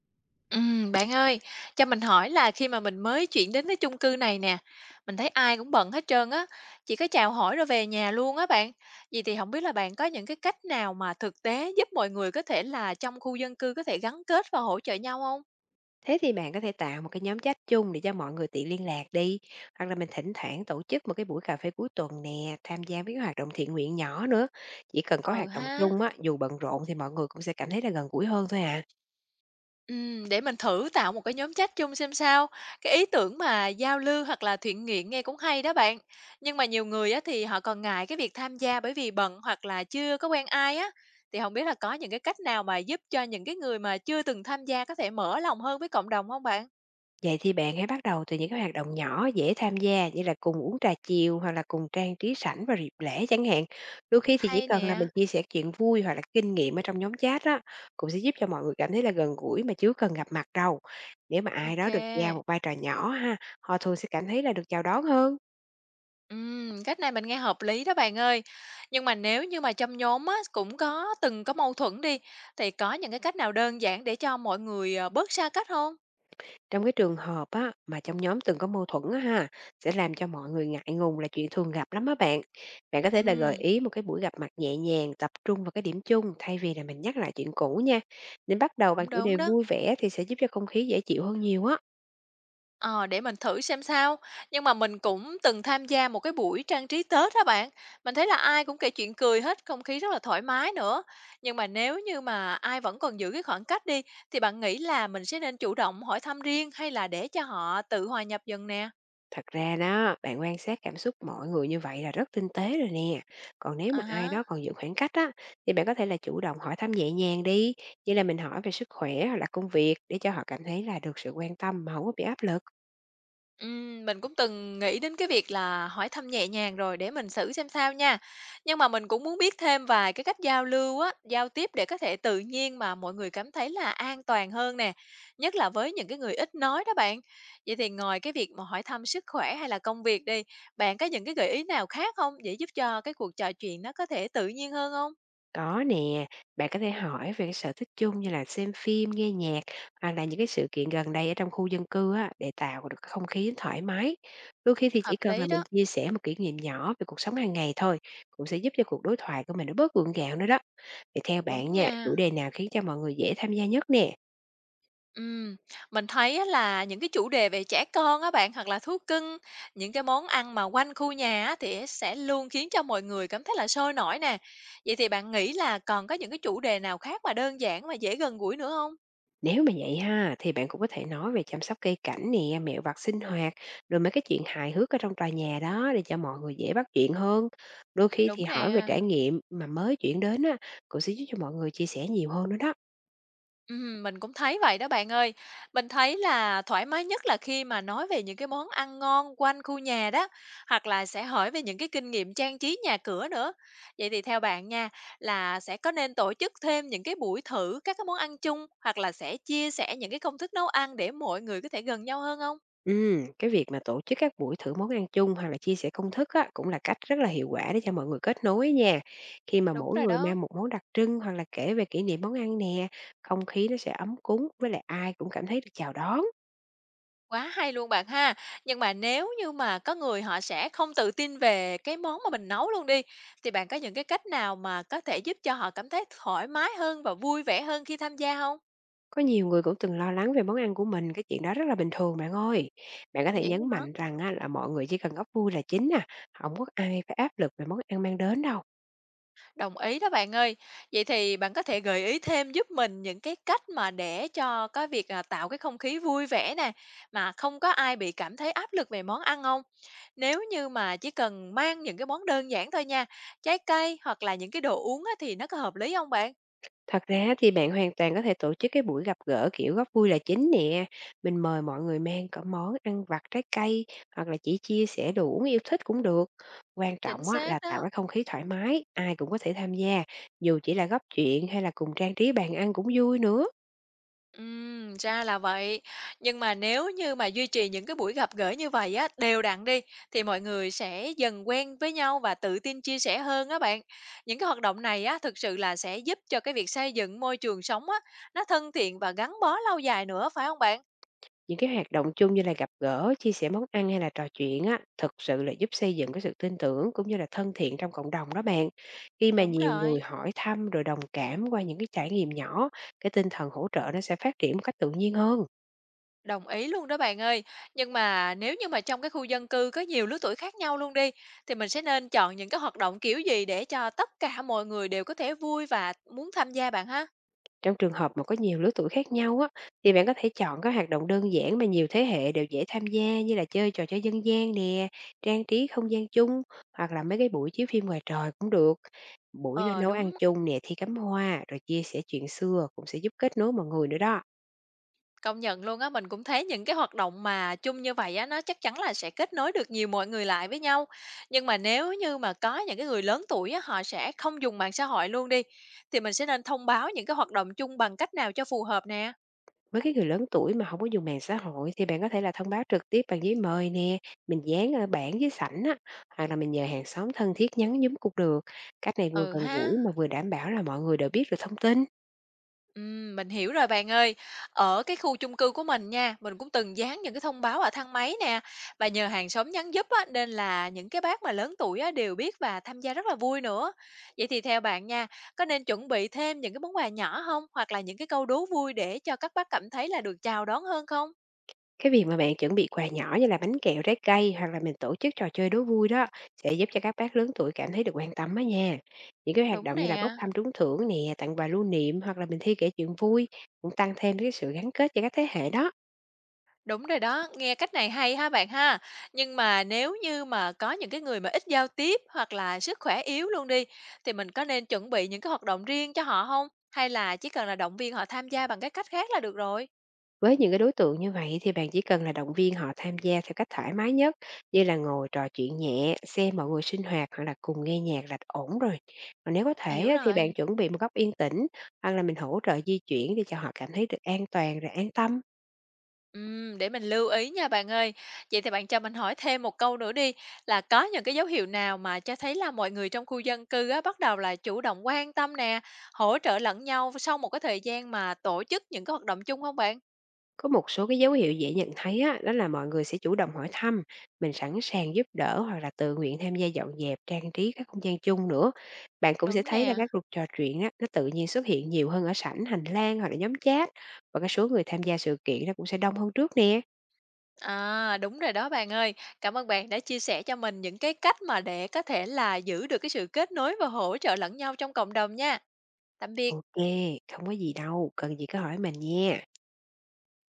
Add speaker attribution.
Speaker 1: Bạn ơi, cho mình hỏi là khi mà mình mới chuyển đến cái chung cư này nè, mình thấy ai cũng bận hết trơn á, chỉ có chào hỏi rồi về nhà luôn á bạn. Vậy thì không biết là bạn có những cái cách nào mà thực tế giúp mọi người có thể là trong khu dân cư có thể gắn kết và hỗ trợ nhau không?
Speaker 2: Thế thì bạn có thể tạo một cái nhóm chat chung để cho mọi người tiện liên lạc đi. Hoặc là mình thỉnh thoảng tổ chức một cái buổi cà phê cuối tuần nè, tham gia với cái hoạt động thiện nguyện nhỏ nữa. Chỉ cần có
Speaker 1: Ừ
Speaker 2: hoạt động
Speaker 1: ha.
Speaker 2: chung á, dù bận rộn thì mọi người cũng sẽ cảm thấy là gần gũi hơn thôi à.
Speaker 1: Để mình thử tạo một cái nhóm chat chung xem sao. Cái ý tưởng mà giao lưu hoặc là thiện nguyện nghe cũng hay đó bạn. Nhưng mà nhiều người á thì họ còn ngại cái việc tham gia bởi vì bận hoặc là chưa có quen ai á. Thì không biết là có những cái cách nào mà giúp cho những cái người mà chưa từng tham gia có thể mở lòng hơn với cộng đồng không bạn?
Speaker 2: Vậy thì bạn hãy bắt đầu từ những cái hoạt động nhỏ dễ tham gia như là cùng uống trà chiều hoặc là cùng trang trí sảnh vào dịp lễ chẳng hạn. Đôi khi thì chỉ
Speaker 1: Hay
Speaker 2: cần là
Speaker 1: nè.
Speaker 2: mình chia sẻ chuyện vui hoặc là kinh nghiệm ở trong nhóm chat đó cũng sẽ giúp cho mọi người cảm thấy là gần gũi mà chứ cần gặp mặt đâu. Nếu mà ai
Speaker 1: Ok.
Speaker 2: đó được giao một vai trò nhỏ ha, họ thường sẽ cảm thấy là được chào đón hơn.
Speaker 1: Cách này mình nghe hợp lý đó bạn ơi. Nhưng mà nếu như mà trong nhóm á cũng có từng có mâu thuẫn đi, thì có những cái cách nào đơn giản để cho mọi người à, bớt xa cách không?
Speaker 2: Trong cái trường hợp á, mà trong nhóm từng có mâu thuẫn á ha, sẽ làm cho mọi người ngại ngùng là chuyện thường gặp lắm á bạn. Bạn có thể là gợi
Speaker 1: Ừ.
Speaker 2: ý một cái buổi gặp mặt nhẹ nhàng, tập trung vào cái điểm chung thay vì là mình nhắc lại chuyện cũ nha. Nên bắt đầu bằng
Speaker 1: Đúng,
Speaker 2: chủ
Speaker 1: đúng
Speaker 2: đề
Speaker 1: đó.
Speaker 2: vui vẻ thì sẽ giúp cho không khí dễ chịu hơn nhiều á.
Speaker 1: Ờ, để mình thử xem sao. Nhưng mà mình cũng từng tham gia một cái buổi trang trí Tết á bạn. Mình thấy là ai cũng kể chuyện cười hết, không khí rất là thoải mái nữa. Nhưng mà nếu như mà ai vẫn còn giữ cái khoảng cách đi, thì bạn nghĩ là mình sẽ nên chủ động hỏi thăm riêng hay là để cho họ tự hòa nhập dần nè?
Speaker 2: Thật ra đó, bạn quan sát cảm xúc mọi người như vậy là rất tinh tế rồi nè. Còn nếu
Speaker 1: À
Speaker 2: mà ai
Speaker 1: há.
Speaker 2: đó còn giữ khoảng cách á, thì bạn có thể là chủ động hỏi thăm nhẹ nhàng đi. Như là mình hỏi về sức khỏe hoặc là công việc để cho họ cảm thấy là được sự quan tâm mà không có bị áp lực.
Speaker 1: Mình cũng từng nghĩ đến cái việc là hỏi thăm nhẹ nhàng rồi để mình xử xem sao nha. Nhưng mà mình cũng muốn biết thêm vài cái cách giao lưu á, giao tiếp để có thể tự nhiên mà mọi người cảm thấy là an toàn hơn nè, nhất là với những cái người ít nói đó bạn. Vậy thì ngoài cái việc mà hỏi thăm sức khỏe hay là công việc đi, bạn có những cái gợi ý nào khác không để giúp cho cái cuộc trò chuyện nó có thể tự nhiên hơn không?
Speaker 2: Có nè, bạn có thể hỏi về cái sở thích chung như là xem phim, nghe nhạc hoặc là những cái sự kiện gần đây ở trong khu dân cư á, để tạo được cái không khí thoải mái. Đôi khi thì chỉ
Speaker 1: Hợp
Speaker 2: cần là
Speaker 1: lý đó,
Speaker 2: mình chia sẻ một kỷ niệm nhỏ về cuộc sống hàng ngày thôi, cũng sẽ giúp cho cuộc đối thoại của mình nó bớt gượng gạo nữa đó. Thì theo
Speaker 1: đúng
Speaker 2: bạn nha, chủ
Speaker 1: nha.
Speaker 2: đề nào khiến cho mọi người dễ tham gia nhất nè?
Speaker 1: Ừm, mình thấy á là những cái chủ đề về trẻ con á bạn, hoặc là thú cưng, những cái món ăn mà quanh khu nhà á thì sẽ luôn khiến cho mọi người cảm thấy là sôi nổi nè. Vậy thì bạn nghĩ là còn có những cái chủ đề nào khác mà đơn giản mà dễ gần gũi nữa không?
Speaker 2: Nếu mà vậy ha, thì bạn cũng có thể nói về chăm sóc cây cảnh nè, mẹo vặt sinh hoạt, rồi mấy cái chuyện hài hước ở trong tòa nhà đó để cho mọi người dễ bắt chuyện hơn. Đôi khi thì
Speaker 1: Đúng
Speaker 2: hỏi về
Speaker 1: nè.
Speaker 2: trải nghiệm mà mới chuyển đến á, cũng sẽ giúp cho mọi người chia sẻ nhiều hơn nữa đó.
Speaker 1: Mình cũng thấy vậy đó bạn ơi. Mình thấy là thoải mái nhất là khi mà nói về những cái món ăn ngon quanh khu nhà đó, hoặc là sẽ hỏi về những cái kinh nghiệm trang trí nhà cửa nữa. Vậy thì theo bạn nha, là sẽ có nên tổ chức thêm những cái buổi thử các cái món ăn chung, hoặc là sẽ chia sẻ những cái công thức nấu ăn để mọi người có thể gần nhau hơn không?
Speaker 2: Ừ, cái việc mà tổ chức các buổi thử món ăn chung hoặc là chia sẻ công thức á, cũng là cách rất là hiệu quả để cho mọi người kết nối nha. Khi mà
Speaker 1: Đúng
Speaker 2: mỗi
Speaker 1: rồi
Speaker 2: người
Speaker 1: đó.
Speaker 2: mang một món đặc trưng hoặc là kể về kỷ niệm món ăn nè, không khí nó sẽ ấm cúng với lại ai cũng cảm thấy được chào đón.
Speaker 1: Quá hay luôn bạn ha. Nhưng mà nếu như mà có người họ sẽ không tự tin về cái món mà mình nấu luôn đi, thì bạn có những cái cách nào mà có thể giúp cho họ cảm thấy thoải mái hơn và vui vẻ hơn khi tham gia không?
Speaker 2: Có nhiều người cũng từng lo lắng về món ăn của mình, cái chuyện đó rất là bình thường bạn ơi. Bạn có thể
Speaker 1: Vậy
Speaker 2: nhấn
Speaker 1: hả?
Speaker 2: mạnh rằng á, là mọi người chỉ cần góp vui là chính nè, không có ai phải áp lực về món ăn mang đến đâu.
Speaker 1: Đồng ý đó bạn ơi. Vậy thì bạn có thể gợi ý thêm giúp mình những cái cách mà để cho cái việc, à, tạo cái không khí vui vẻ nè, mà không có ai bị cảm thấy áp lực về món ăn không? Nếu như mà chỉ cần mang những cái món đơn giản thôi nha, trái cây hoặc là những cái đồ uống á thì nó có hợp lý không bạn?
Speaker 2: Thật ra thì bạn hoàn toàn có thể tổ chức cái buổi gặp gỡ kiểu góp vui là chính nè. Mình mời mọi người mang cả món ăn vặt trái cây hoặc là chỉ chia sẻ đồ uống yêu thích cũng được. Quan
Speaker 1: Chính
Speaker 2: trọng á,
Speaker 1: xác
Speaker 2: là tạo
Speaker 1: đó.
Speaker 2: cái không khí thoải mái, ai cũng có thể tham gia, dù chỉ là góp chuyện hay là cùng trang trí bàn ăn cũng vui nữa.
Speaker 1: Ra là vậy. Nhưng mà nếu như mà duy trì những cái buổi gặp gỡ như vậy á, đều đặn đi, thì mọi người sẽ dần quen với nhau và tự tin chia sẻ hơn á bạn. Những cái hoạt động này á, thực sự là sẽ giúp cho cái việc xây dựng môi trường sống á, nó thân thiện và gắn bó lâu dài nữa, phải không bạn?
Speaker 2: Những cái hoạt động chung như là gặp gỡ, chia sẻ món ăn hay là trò chuyện á, thực sự là giúp xây dựng cái sự tin tưởng cũng như là thân thiện trong cộng đồng đó bạn. Khi mà
Speaker 1: Đúng
Speaker 2: nhiều
Speaker 1: rồi.
Speaker 2: người hỏi thăm rồi đồng cảm qua những cái trải nghiệm nhỏ, cái tinh thần hỗ trợ nó sẽ phát triển một cách tự nhiên hơn.
Speaker 1: Đồng ý luôn đó bạn ơi. Nhưng mà nếu như mà trong cái khu dân cư có nhiều lứa tuổi khác nhau luôn đi, thì mình sẽ nên chọn những cái hoạt động kiểu gì để cho tất cả mọi người đều có thể vui và muốn tham gia bạn ha?
Speaker 2: Trong trường hợp mà có nhiều lứa tuổi khác nhau á, thì bạn có thể chọn các hoạt động đơn giản mà nhiều thế hệ đều dễ tham gia như là chơi trò chơi dân gian nè, trang trí không gian chung hoặc là mấy cái buổi chiếu phim ngoài trời cũng được. Buổi ra
Speaker 1: Ờ,
Speaker 2: nấu ăn
Speaker 1: đúng,
Speaker 2: chung nè, thi cắm hoa rồi chia sẻ chuyện xưa cũng sẽ giúp kết nối mọi người nữa đó.
Speaker 1: công nhận luôn á, mình cũng thấy những cái hoạt động mà chung như vậy á, nó chắc chắn là sẽ kết nối được nhiều mọi người lại với nhau. Nhưng mà nếu như mà có những cái người lớn tuổi á, họ sẽ không dùng mạng xã hội luôn đi, thì mình sẽ nên thông báo những cái hoạt động chung bằng cách nào cho phù hợp nè?
Speaker 2: Với cái người lớn tuổi mà không có dùng mạng xã hội thì bạn có thể là thông báo trực tiếp bằng giấy mời nè, mình dán ở bảng dưới sảnh á, hoặc là mình nhờ hàng xóm thân thiết nhắn nhúm cũng được. Cách này vừa
Speaker 1: Ừ
Speaker 2: gần
Speaker 1: ha.
Speaker 2: gũi mà vừa đảm bảo là mọi người đều biết được thông tin.
Speaker 1: Mình hiểu rồi bạn ơi. Ở cái khu chung cư của mình nha, mình cũng từng dán những cái thông báo ở thang máy nè và nhờ hàng xóm nhắn giúp á, nên là những cái bác mà lớn tuổi á, đều biết và tham gia rất là vui nữa. Vậy thì theo bạn nha, có nên chuẩn bị thêm những cái món quà nhỏ không? Hoặc là những cái câu đố vui để cho các bác cảm thấy là được chào đón hơn không?
Speaker 2: Cái việc mà bạn chuẩn bị quà nhỏ như là bánh kẹo, trái cây hoặc là mình tổ chức trò chơi đố vui đó sẽ giúp cho các bác lớn tuổi cảm thấy được quan tâm đó nha. Những cái hoạt
Speaker 1: Đúng
Speaker 2: động như là bốc
Speaker 1: nè.
Speaker 2: thăm trúng thưởng nè, tặng quà lưu niệm hoặc là mình thi kể chuyện vui cũng tăng thêm cái sự gắn kết cho các thế hệ đó.
Speaker 1: Đúng rồi đó, nghe cách này hay ha bạn ha. Nhưng mà nếu như mà có những cái người mà ít giao tiếp hoặc là sức khỏe yếu luôn đi, thì mình có nên chuẩn bị những cái hoạt động riêng cho họ không? Hay là chỉ cần là động viên họ tham gia bằng cái cách khác là được rồi?
Speaker 2: Với những cái đối tượng như vậy thì bạn chỉ cần là động viên họ tham gia theo cách thoải mái nhất, như là ngồi trò chuyện nhẹ, xem mọi người sinh hoạt hoặc là cùng nghe nhạc là ổn rồi. Còn nếu có thể
Speaker 1: Hiểu
Speaker 2: á, thì bạn
Speaker 1: rồi.
Speaker 2: chuẩn bị một góc yên tĩnh hoặc là mình hỗ trợ di chuyển để cho họ cảm thấy được an toàn rồi an tâm.
Speaker 1: Để mình lưu ý nha bạn ơi. Vậy thì bạn cho mình hỏi thêm một câu nữa đi, là có những cái dấu hiệu nào mà cho thấy là mọi người trong khu dân cư á, bắt đầu là chủ động quan tâm nè, hỗ trợ lẫn nhau sau một cái thời gian mà tổ chức những cái hoạt động chung không bạn?
Speaker 2: Có một số cái dấu hiệu dễ nhận thấy á, đó là mọi người sẽ chủ động hỏi thăm, mình sẵn sàng giúp đỡ hoặc là tự nguyện tham gia dọn dẹp, trang trí các không gian chung nữa. Bạn cũng sẽ
Speaker 1: Đúng
Speaker 2: thấy là
Speaker 1: nè.
Speaker 2: các cuộc trò chuyện á, nó tự nhiên xuất hiện nhiều hơn ở sảnh, hành lang hoặc là nhóm chat, và cái số người tham gia sự kiện nó cũng sẽ đông hơn trước nè.
Speaker 1: À, đúng rồi đó bạn ơi. Cảm ơn bạn đã chia sẻ cho mình những cái cách mà để có thể là giữ được cái sự kết nối và hỗ trợ lẫn nhau trong cộng đồng nha. Tạm biệt.
Speaker 2: Ok, không có gì đâu, cần gì cứ hỏi mình nha.